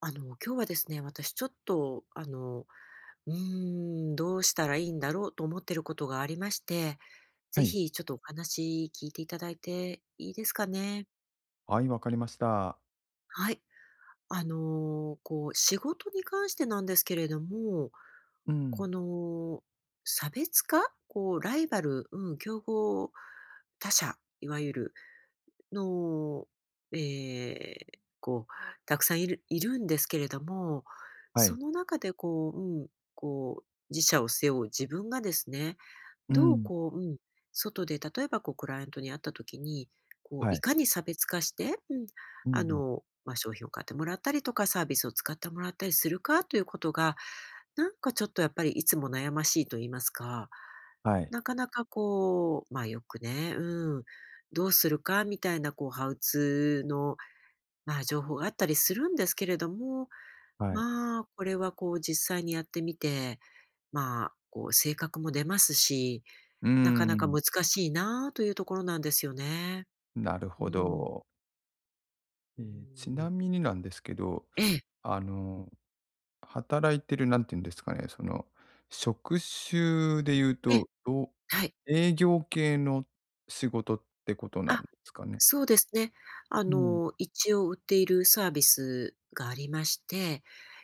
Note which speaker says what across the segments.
Speaker 1: 今日はですね、私ちょっと、どうしたらいいんだろうと思ってることがありまして、
Speaker 2: は
Speaker 1: ぜ
Speaker 2: い。
Speaker 1: ひちょっとお話聞いていただいていいですかね。
Speaker 2: はい、わかりました。
Speaker 1: はい。こう、仕事に関してなんですけれども、
Speaker 2: うん。
Speaker 1: この、差別化こう、ライバル、うん、競合他社、いわゆるの、ええ、こう、たくさんいるんですけれども、
Speaker 2: は
Speaker 1: そ
Speaker 2: い。
Speaker 1: の中でこう、うん、こう、自社を背負う自分がですね、
Speaker 2: う
Speaker 1: どう
Speaker 2: ん。
Speaker 1: こう、うん、外で例えばこうクライアントに会った時に、こう
Speaker 2: は
Speaker 1: い
Speaker 2: い。
Speaker 1: かに差別化して、うん、
Speaker 2: うんうん。
Speaker 1: まあ、商品を買ってもらったりとか、サービスを使ってもらったりするかということがなんかちょっとやっぱりいつも悩ましいと言いますか、
Speaker 2: はい。
Speaker 1: なかなかこう、まあよくね、うん、どうするかみたいなこうハウツーの、まあ、情報があったりするんですけれども、
Speaker 2: はい。
Speaker 1: まあこれはこう実際にやってみて、まあこう性格も出ますし、
Speaker 2: うー
Speaker 1: なかなか
Speaker 2: ん。
Speaker 1: 難しいなあというところなんですよね。
Speaker 2: なる
Speaker 1: う
Speaker 2: ほ
Speaker 1: ん。
Speaker 2: ど。
Speaker 1: う
Speaker 2: ええ、ちな
Speaker 1: ん。
Speaker 2: みになんですけど、
Speaker 1: ええ、
Speaker 2: あの、働いてる何て言うんですかね、職種で言う
Speaker 1: ええ、
Speaker 2: と、
Speaker 1: はい。
Speaker 2: 営業系の仕事ってことなん
Speaker 1: あ、
Speaker 2: ですかね？
Speaker 1: そうですね。
Speaker 2: うん。
Speaker 1: 一応売っているサービスがありまして、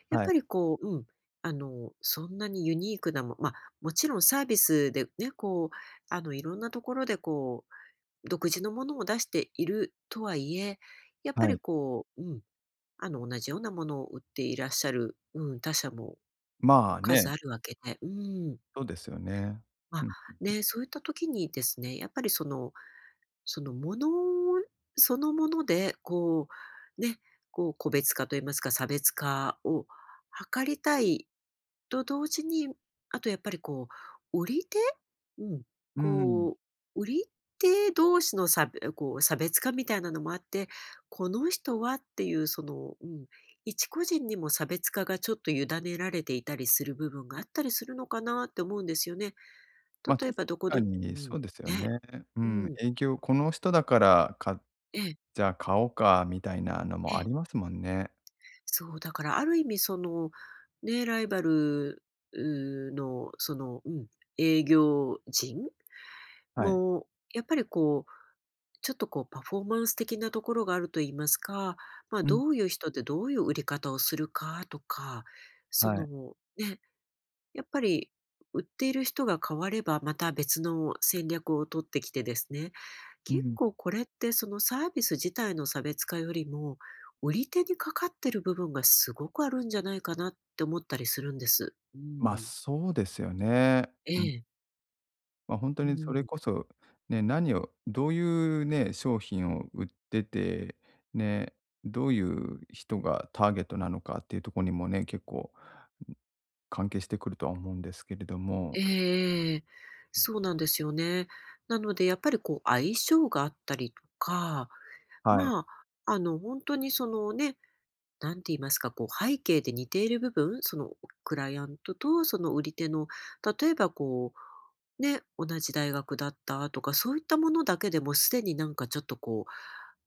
Speaker 1: やっ
Speaker 2: はい。
Speaker 1: ぱりこう、うん、そんなにユニークなも、まあ、もちろんサービスでね、こう、いろんなところでこう、独自のものを出しているとはいえ、やっぱ
Speaker 2: は
Speaker 1: り
Speaker 2: い。
Speaker 1: こう、うん、同じようなものを売っていらっしゃる、うん、他社も
Speaker 2: まあね、
Speaker 1: 数あるわけで、うん。
Speaker 2: そうですよね。う
Speaker 1: ま、
Speaker 2: ん。
Speaker 1: ね、そういった時にですね、やっぱりそのそのものそのもので、こう、ね、こう個別化と言いますか、差別化を図りたいと同時に、あとやっぱりこう、売り手うん、
Speaker 2: うーん。
Speaker 1: こう、売り手同士のこう差別化みたいなのもあって、この人はっていうその、うん、一個人にも差別化がちょっと委ねられていたりする部分があったりするのかなって思うんですよね。
Speaker 2: まあ、
Speaker 1: 例え
Speaker 2: 確
Speaker 1: ばどこ
Speaker 2: か
Speaker 1: どう
Speaker 2: に
Speaker 1: ん、
Speaker 2: そ
Speaker 1: ね。
Speaker 2: うですよね。う
Speaker 1: う
Speaker 2: ん、
Speaker 1: ん、
Speaker 2: 営業この人だから
Speaker 1: ええ、
Speaker 2: じゃあ買おうかみたいなの
Speaker 1: え
Speaker 2: もありま
Speaker 1: え。
Speaker 2: すもんね。
Speaker 1: そう、だからある意味その、ね、ライバル、うーの、その、うん、営業人
Speaker 2: はい。
Speaker 1: も、やっぱりこう、ちょっとこうパフォーマンス的なところがあると言いますか、まあ、
Speaker 2: うん、
Speaker 1: どういう人でどういう売り方をするかとか、そ
Speaker 2: はい。
Speaker 1: の、ね、やっぱり売っている人が変われば、また別の戦略を取ってきてですね、
Speaker 2: う
Speaker 1: 結
Speaker 2: ん。
Speaker 1: 構これってそのサービス自体の差別化よりも、売り手にかかってる部分がすごくあるんじゃないかなって思ったりするんです。う
Speaker 2: まあ、
Speaker 1: ん。
Speaker 2: そうですよね。
Speaker 1: え
Speaker 2: うん。
Speaker 1: え。
Speaker 2: まあ、ほんと
Speaker 1: う
Speaker 2: にそれ
Speaker 1: ん。
Speaker 2: こそ、ね、どういうね、商品を売ってて、ね、どういう人がターゲットなのかっていうとこにもね、結構関係してくるとは思うんですけれども。
Speaker 1: ええ、そうなんですよね。なのでやっぱりこう相性があったりとか、
Speaker 2: はい。
Speaker 1: まあ、本当にそのね、なんて言いますか、こう背景で似ている部分、そのクライアントとその売り手の、例えばこう、ね、同じ大学だったとか、そういったものだけでもすでになんかちょっとこう、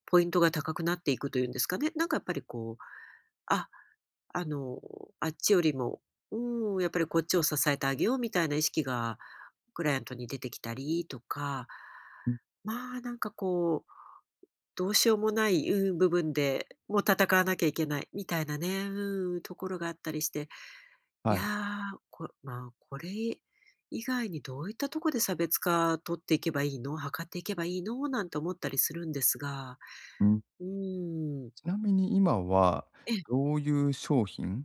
Speaker 1: ポイントが高くなっていくというんですかね。なんかやっぱりこう、あ、あの、あっちよりも、うん、やっぱりこっちを支えてあげようみたいな意識がクライアントに出てきたりとか、
Speaker 2: うん、
Speaker 1: まあなんかこう、どうしようもない、うん、部分で、もう戦わなきゃいけないみたいなね、うん、ところがあったりして、い
Speaker 2: は
Speaker 1: や、
Speaker 2: い。
Speaker 1: こまあ、これ以外にどういったとこで差別化取っていけばいいの、測っていけばいいのなんて思ったりするんですが、
Speaker 2: うん。
Speaker 1: うん、
Speaker 2: ちなみに今は、
Speaker 1: ええ、
Speaker 2: どういう商品、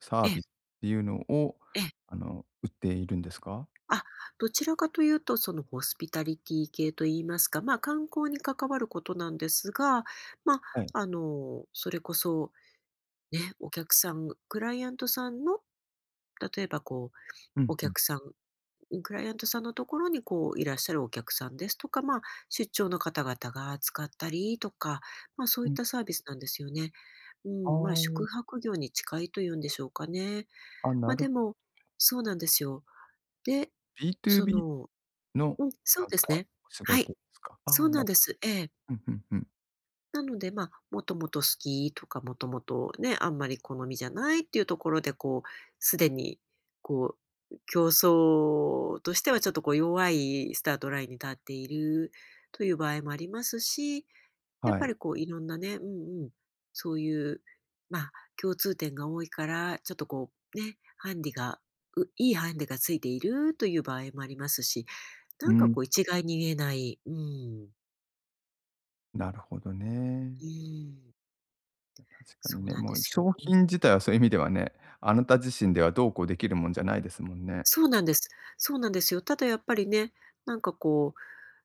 Speaker 2: サ
Speaker 1: え
Speaker 2: ービ
Speaker 1: え、
Speaker 2: スっていうのを、
Speaker 1: ええ。
Speaker 2: 売っているんですか？
Speaker 1: あ、どちらかというと、そのホスピタリティ系と言いますか、まあ、観光に関わることなんですが、まあ、
Speaker 2: はい。
Speaker 1: それこそね、お客さん、クライアントさんの、例えばこう
Speaker 2: うん
Speaker 1: お
Speaker 2: うん。
Speaker 1: 客さん、クライアントさんのところにこういらっしゃるお客さんですとか、まあ、出張の方々が使ったりとか、まあ、そう
Speaker 2: う
Speaker 1: いっ
Speaker 2: ん、
Speaker 1: たサービスなんですよね。う
Speaker 2: あ
Speaker 1: ん、まあ、宿泊業に近いというんでしょうかね。
Speaker 2: あ、あ、
Speaker 1: まあ、でも、そうなんですよ。で、そ
Speaker 2: B2B
Speaker 1: の
Speaker 2: の
Speaker 1: うん、そ
Speaker 2: な
Speaker 1: う
Speaker 2: んか
Speaker 1: ですね。
Speaker 2: お仕
Speaker 1: は
Speaker 2: 事
Speaker 1: い。
Speaker 2: ですか？あ
Speaker 1: そう
Speaker 2: あ、
Speaker 1: なんです。ええ。
Speaker 2: うんうんうん。
Speaker 1: なので、まあ、もともと好きとか、もともとね、あんまり好みじゃないっていうところで、こう、すでに、こう、競争としてはちょっとこう弱いスタートラインに立っているという場合もありますし、やっ
Speaker 2: は
Speaker 1: ぱ
Speaker 2: い。
Speaker 1: りこういろんなね、うんうん、そういう、まあ、共通点が多いから、ちょっとこうね、ハンディが、ういいハンディがついているという場合もありますし、
Speaker 2: う
Speaker 1: なんか
Speaker 2: ん、
Speaker 1: こう一概に言えない、うん、
Speaker 2: なるほどね。
Speaker 1: うん、
Speaker 2: いや、確かに
Speaker 1: そう
Speaker 2: ね、
Speaker 1: なん
Speaker 2: も
Speaker 1: で
Speaker 2: う
Speaker 1: すよ
Speaker 2: 商
Speaker 1: ね。
Speaker 2: 品自体はそういう意味ではね、あなた自身ではどうこうできるもんじゃないですもんね。
Speaker 1: そうなんです。そうなんですよ。ただやっぱりね、なんかこう、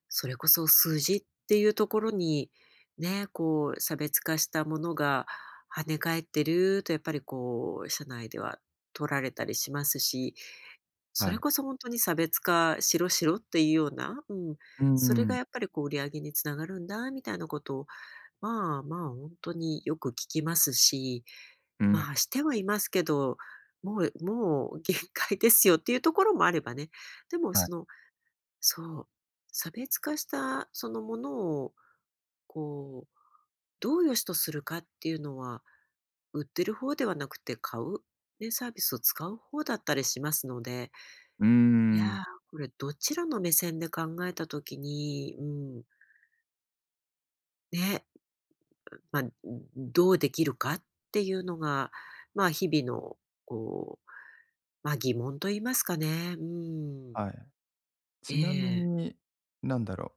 Speaker 1: それこそ数字っていうところに、ね、こう差別化したものが跳ね返ってるとやっぱりこう、社内では取られたりしますし、そ
Speaker 2: は
Speaker 1: れ
Speaker 2: い。
Speaker 1: こそ本当に差別化しろしろっていうような、うん、
Speaker 2: うんう
Speaker 1: それが
Speaker 2: ん。
Speaker 1: やっぱりこう売り上げにつながるんだみたいなことを、まあまあ、本当によく聞きますし、まあ、してはいますけど、もう限界ですよっていうところもあればね、でも
Speaker 2: は
Speaker 1: そ
Speaker 2: い。
Speaker 1: の、そう、差別化したそのものを、こう、どう良しとするかっていうのは、売ってる方ではなくて買う、ね、サービスを使う方だったりしますので、
Speaker 2: うー
Speaker 1: いや
Speaker 2: ん、
Speaker 1: ー、これどちらの目線で考えた時に、うん、ね、まあ、どうできるかっていうのが、まあ、日々のこう、ま、疑問と言いますかね。うん。
Speaker 2: はい。
Speaker 1: え
Speaker 2: ちなみ
Speaker 1: え。
Speaker 2: に、なんだろ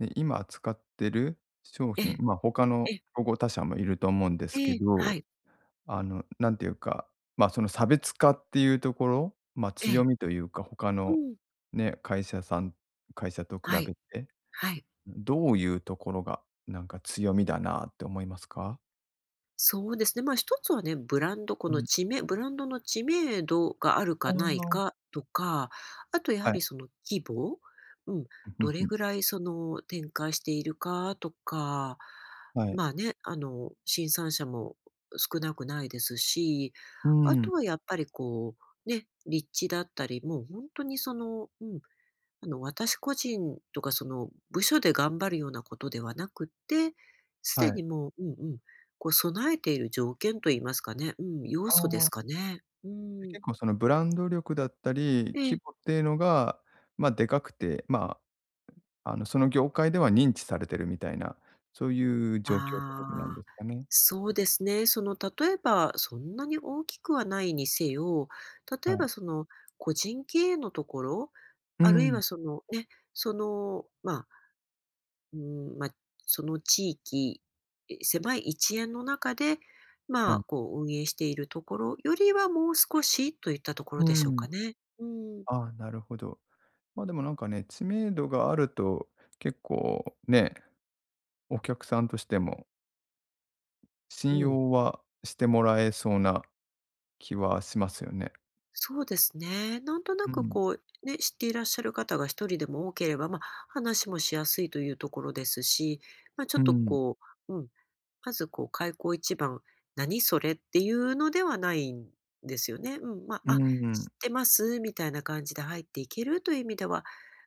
Speaker 2: うで、今扱ってる商
Speaker 1: え
Speaker 2: 品、
Speaker 1: え。
Speaker 2: まあ、他の
Speaker 1: ええ。
Speaker 2: 競合他社もいると思うんですけ
Speaker 1: ええ。は
Speaker 2: ど、
Speaker 1: い。
Speaker 2: なんていうか、まあ、その差別化っていうところ、まあ、
Speaker 1: え
Speaker 2: 強
Speaker 1: え。
Speaker 2: みというか、他
Speaker 1: う
Speaker 2: の
Speaker 1: ん。
Speaker 2: ね、会社と比
Speaker 1: は
Speaker 2: べ
Speaker 1: い。
Speaker 2: て、
Speaker 1: はい。
Speaker 2: どういうところが、なんか強みだなって思いますか？
Speaker 1: そうですね。まあ、一つはね、ブランド、こ
Speaker 2: う
Speaker 1: の
Speaker 2: ん。
Speaker 1: ブランドの知名度がある
Speaker 2: あ
Speaker 1: かない
Speaker 2: あ、
Speaker 1: かとか、あとや
Speaker 2: は
Speaker 1: は
Speaker 2: い。
Speaker 1: りその規模、うん、
Speaker 2: うん、
Speaker 1: ど
Speaker 2: んう
Speaker 1: れ
Speaker 2: ん。
Speaker 1: ぐらいその展開しているかとか、
Speaker 2: はい。
Speaker 1: まあね、新参者も少なくないですし、
Speaker 2: う
Speaker 1: あ
Speaker 2: ん、
Speaker 1: とはやっぱりこう、ね、立地だったり、もう本当にその、うん、私個人とかその部署で頑張るようなことではなくって、す
Speaker 2: は
Speaker 1: で
Speaker 2: い。
Speaker 1: にもう、うんうん、こう備えている条件と言いますかね、うん、要
Speaker 2: あ
Speaker 1: 素で
Speaker 2: あ、
Speaker 1: すかね。う
Speaker 2: で、
Speaker 1: ん。
Speaker 2: 結構そのブランド力だったり、
Speaker 1: ええ。
Speaker 2: 規模っていうのが、まあ、でかくて、まあその業界では認知されてるみたいな、そういう状況ってことなんで
Speaker 1: ああ、
Speaker 2: すかね。
Speaker 1: そうですね。その例えば、そんなに大きくはないにせよ、
Speaker 2: は
Speaker 1: 例え
Speaker 2: い。
Speaker 1: ばその個人経営のところ、
Speaker 2: う
Speaker 1: あるい
Speaker 2: ん、
Speaker 1: はそのね、その、まうん、まあ、その地域、え、狭い一円の中で、
Speaker 2: は
Speaker 1: まあ、
Speaker 2: い。
Speaker 1: こう運営しているところよりはもう少しといったところ
Speaker 2: う
Speaker 1: でしょう
Speaker 2: ん。
Speaker 1: かね。うん、
Speaker 2: ああ、なるほど。まあ、でもなんかね、知名度があると、結構ね、お客さんとしても信
Speaker 1: うん。
Speaker 2: 用はしてもらえそうな気はしますよね。
Speaker 1: そうですね。なんとな
Speaker 2: う
Speaker 1: く
Speaker 2: ん、
Speaker 1: こう、ね、知っていらっしゃる方が一人でも多ければ、まあ、話もしやすいというところですし、まあ、ち
Speaker 2: う
Speaker 1: ょっと
Speaker 2: ん、
Speaker 1: こう、うん、まずこう開口一番、何それっていうのではないんですよね。うん、まあ、
Speaker 2: う
Speaker 1: あ、知
Speaker 2: ん、
Speaker 1: ってますみたいな感じで入っていけるという意味では、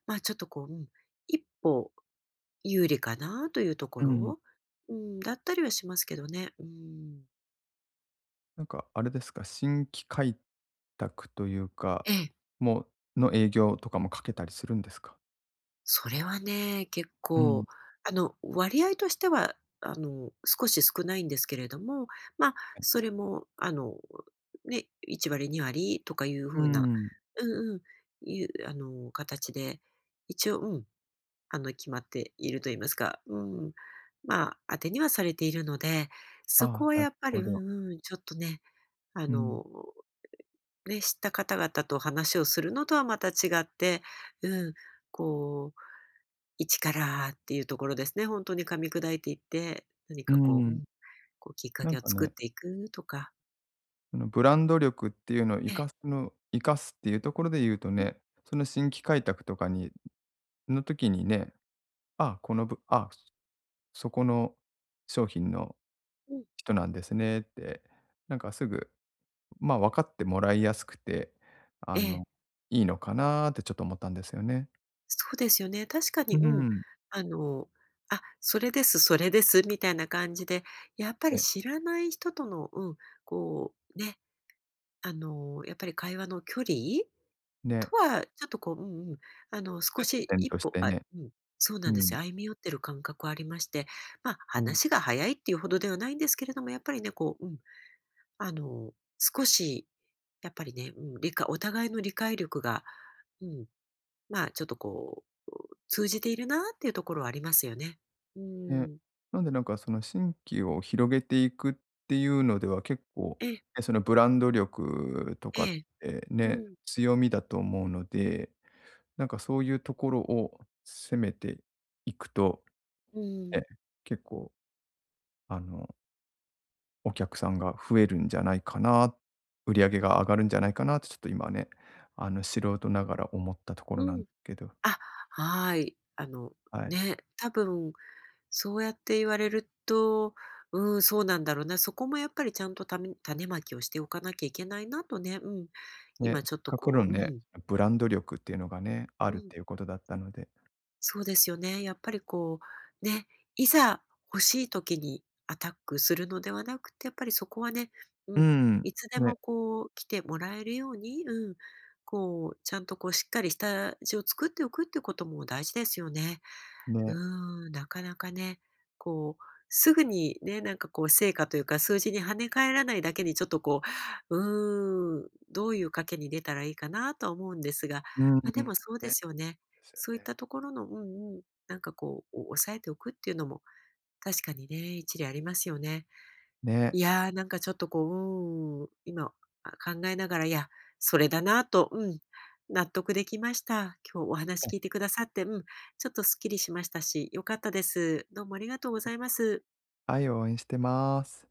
Speaker 1: まあ、ちょっとこう、うん、一歩有利かなというとこ
Speaker 2: うん。
Speaker 1: ろ、うん、だったりはしますけどね。うん。
Speaker 2: なんかあれですか、新規開拓というか、
Speaker 1: ええ。
Speaker 2: もうの営業とかもかけたりするんですか？
Speaker 1: それはね、結
Speaker 2: うん、
Speaker 1: 構、あの、割合としては、あの、少し少ないんですけれども、まあ、それも、あの、ね、1割、2割とかいう
Speaker 2: う
Speaker 1: 風な
Speaker 2: ん。
Speaker 1: うんうん、いうあの、形で、一応、うん、あの、決まっていると言いますか、うん、まあ、当てにはされているので、
Speaker 2: あ
Speaker 1: そ
Speaker 2: あ、
Speaker 1: こは
Speaker 2: な
Speaker 1: や
Speaker 2: る
Speaker 1: っぱり、
Speaker 2: ほ
Speaker 1: う
Speaker 2: ど。
Speaker 1: んうん、ちょっとね、あ
Speaker 2: うん。
Speaker 1: の、ね、知った方々と話をするのとはまた違って、うん、こう一からっていうところですね。本当に噛み砕いていって、何
Speaker 2: う
Speaker 1: かこう、う
Speaker 2: ん。
Speaker 1: ん、こうきっか
Speaker 2: な
Speaker 1: け
Speaker 2: ん
Speaker 1: を
Speaker 2: か
Speaker 1: 作っ
Speaker 2: ね、
Speaker 1: ていくとか。
Speaker 2: そのブランド力っていうのを
Speaker 1: ええ、
Speaker 2: 生かすっていうところで言うと
Speaker 1: うん
Speaker 2: ね、その新規開拓とかにの時にね、あ、このぶあ、そこの商品の
Speaker 1: うん。
Speaker 2: 人なんですねって、なんかすぐ、ま、分かってもらいやすくて、あ
Speaker 1: ええ、
Speaker 2: の、いいのかなーってちょっと思ったんですよね。
Speaker 1: そうですよね。確か
Speaker 2: う
Speaker 1: に、うん。
Speaker 2: ん。
Speaker 1: あの、あ、それです、それです、みたいな感じで、やっぱり
Speaker 2: ね、
Speaker 1: 知らない人との、うん、こうね、あの、やっぱり会話の距離
Speaker 2: ね、
Speaker 1: とは、ちょっとこう、うんうん、あの、少
Speaker 2: 接
Speaker 1: し
Speaker 2: 点
Speaker 1: 一
Speaker 2: とし
Speaker 1: 歩、
Speaker 2: て
Speaker 1: あ、
Speaker 2: ね、
Speaker 1: うん、そうなん
Speaker 2: う
Speaker 1: です
Speaker 2: ん。
Speaker 1: よ。歩み寄ってる感覚はありまして、まあ、
Speaker 2: うん。
Speaker 1: 話が早いっていうほどではないんですけれども、やっぱりね、こう、うん、あの、少し、やっぱりね、うん、お互いの理解力が、うん、まあ、ちょっとこう、通じているなっていうところはありますよね。うー
Speaker 2: ね、
Speaker 1: ん。
Speaker 2: なんでなんかその新規を広げていくっていうのでは結構、
Speaker 1: ええ
Speaker 2: ね、そのブランド力とかっ
Speaker 1: ええ。
Speaker 2: て
Speaker 1: う
Speaker 2: ね、
Speaker 1: ん、
Speaker 2: 強みだと思うので、なんかそういうところを攻めていくと、
Speaker 1: う
Speaker 2: ね、
Speaker 1: ん、
Speaker 2: 結構あの、お客さんが増えるんじゃないかな、売り上げが上がるんじゃないかなってちょっと今ね、素人ながら思ったところ
Speaker 1: う
Speaker 2: なんで
Speaker 1: ん。
Speaker 2: すけど、
Speaker 1: あ、はい。あの、
Speaker 2: はい。
Speaker 1: ね、多分そうやって言われると、うん、そうなんだろうな。そこもやっぱりちゃんと種まきをしておかなきゃいけないなとね、うん。
Speaker 2: ね、
Speaker 1: 今
Speaker 2: せっ
Speaker 1: ちょっと
Speaker 2: かく
Speaker 1: こ
Speaker 2: の
Speaker 1: う、う
Speaker 2: ね、
Speaker 1: ん、
Speaker 2: ブランド力っていうのがね、あ
Speaker 1: う
Speaker 2: るっ
Speaker 1: ん、
Speaker 2: ていうことだったので、
Speaker 1: そうですよね。やっぱりこう、ね、いざ欲しい時にアタックするのではなくて、やっぱりそこはね、う
Speaker 2: う
Speaker 1: ん、
Speaker 2: ん、
Speaker 1: いつで
Speaker 2: ね
Speaker 1: もこう来てもらえるように、うん、こう、ちゃんとこうしっかり下地を作っておくってことも大事ですよね。う
Speaker 2: ね、
Speaker 1: ーん、なかなかね、こう、すぐにね、なんかこう成果というか、数字に跳ね返らないだけにちょっとこう、うーん、どういう賭けに出たらいいかなとは思うんですが、
Speaker 2: うん
Speaker 1: まあ、でもそうで
Speaker 2: ね、
Speaker 1: すよね。
Speaker 2: ですよ
Speaker 1: そういっ
Speaker 2: ね。
Speaker 1: たところのうんうん、なんかこう、抑えておくっていうのも、確かにね、一理ありますよね。い
Speaker 2: ね。
Speaker 1: やー、なんかちょっとこう、うん、今、あ、考えながら、いや、それだなと、うん、納得できました。今日お話
Speaker 2: はい、
Speaker 1: 聞いてくださって、うん、ちょっとすっきりしましたし、良かったです。どうもありがとうご
Speaker 2: は
Speaker 1: ざ
Speaker 2: い。
Speaker 1: います。
Speaker 2: はい、応援してます。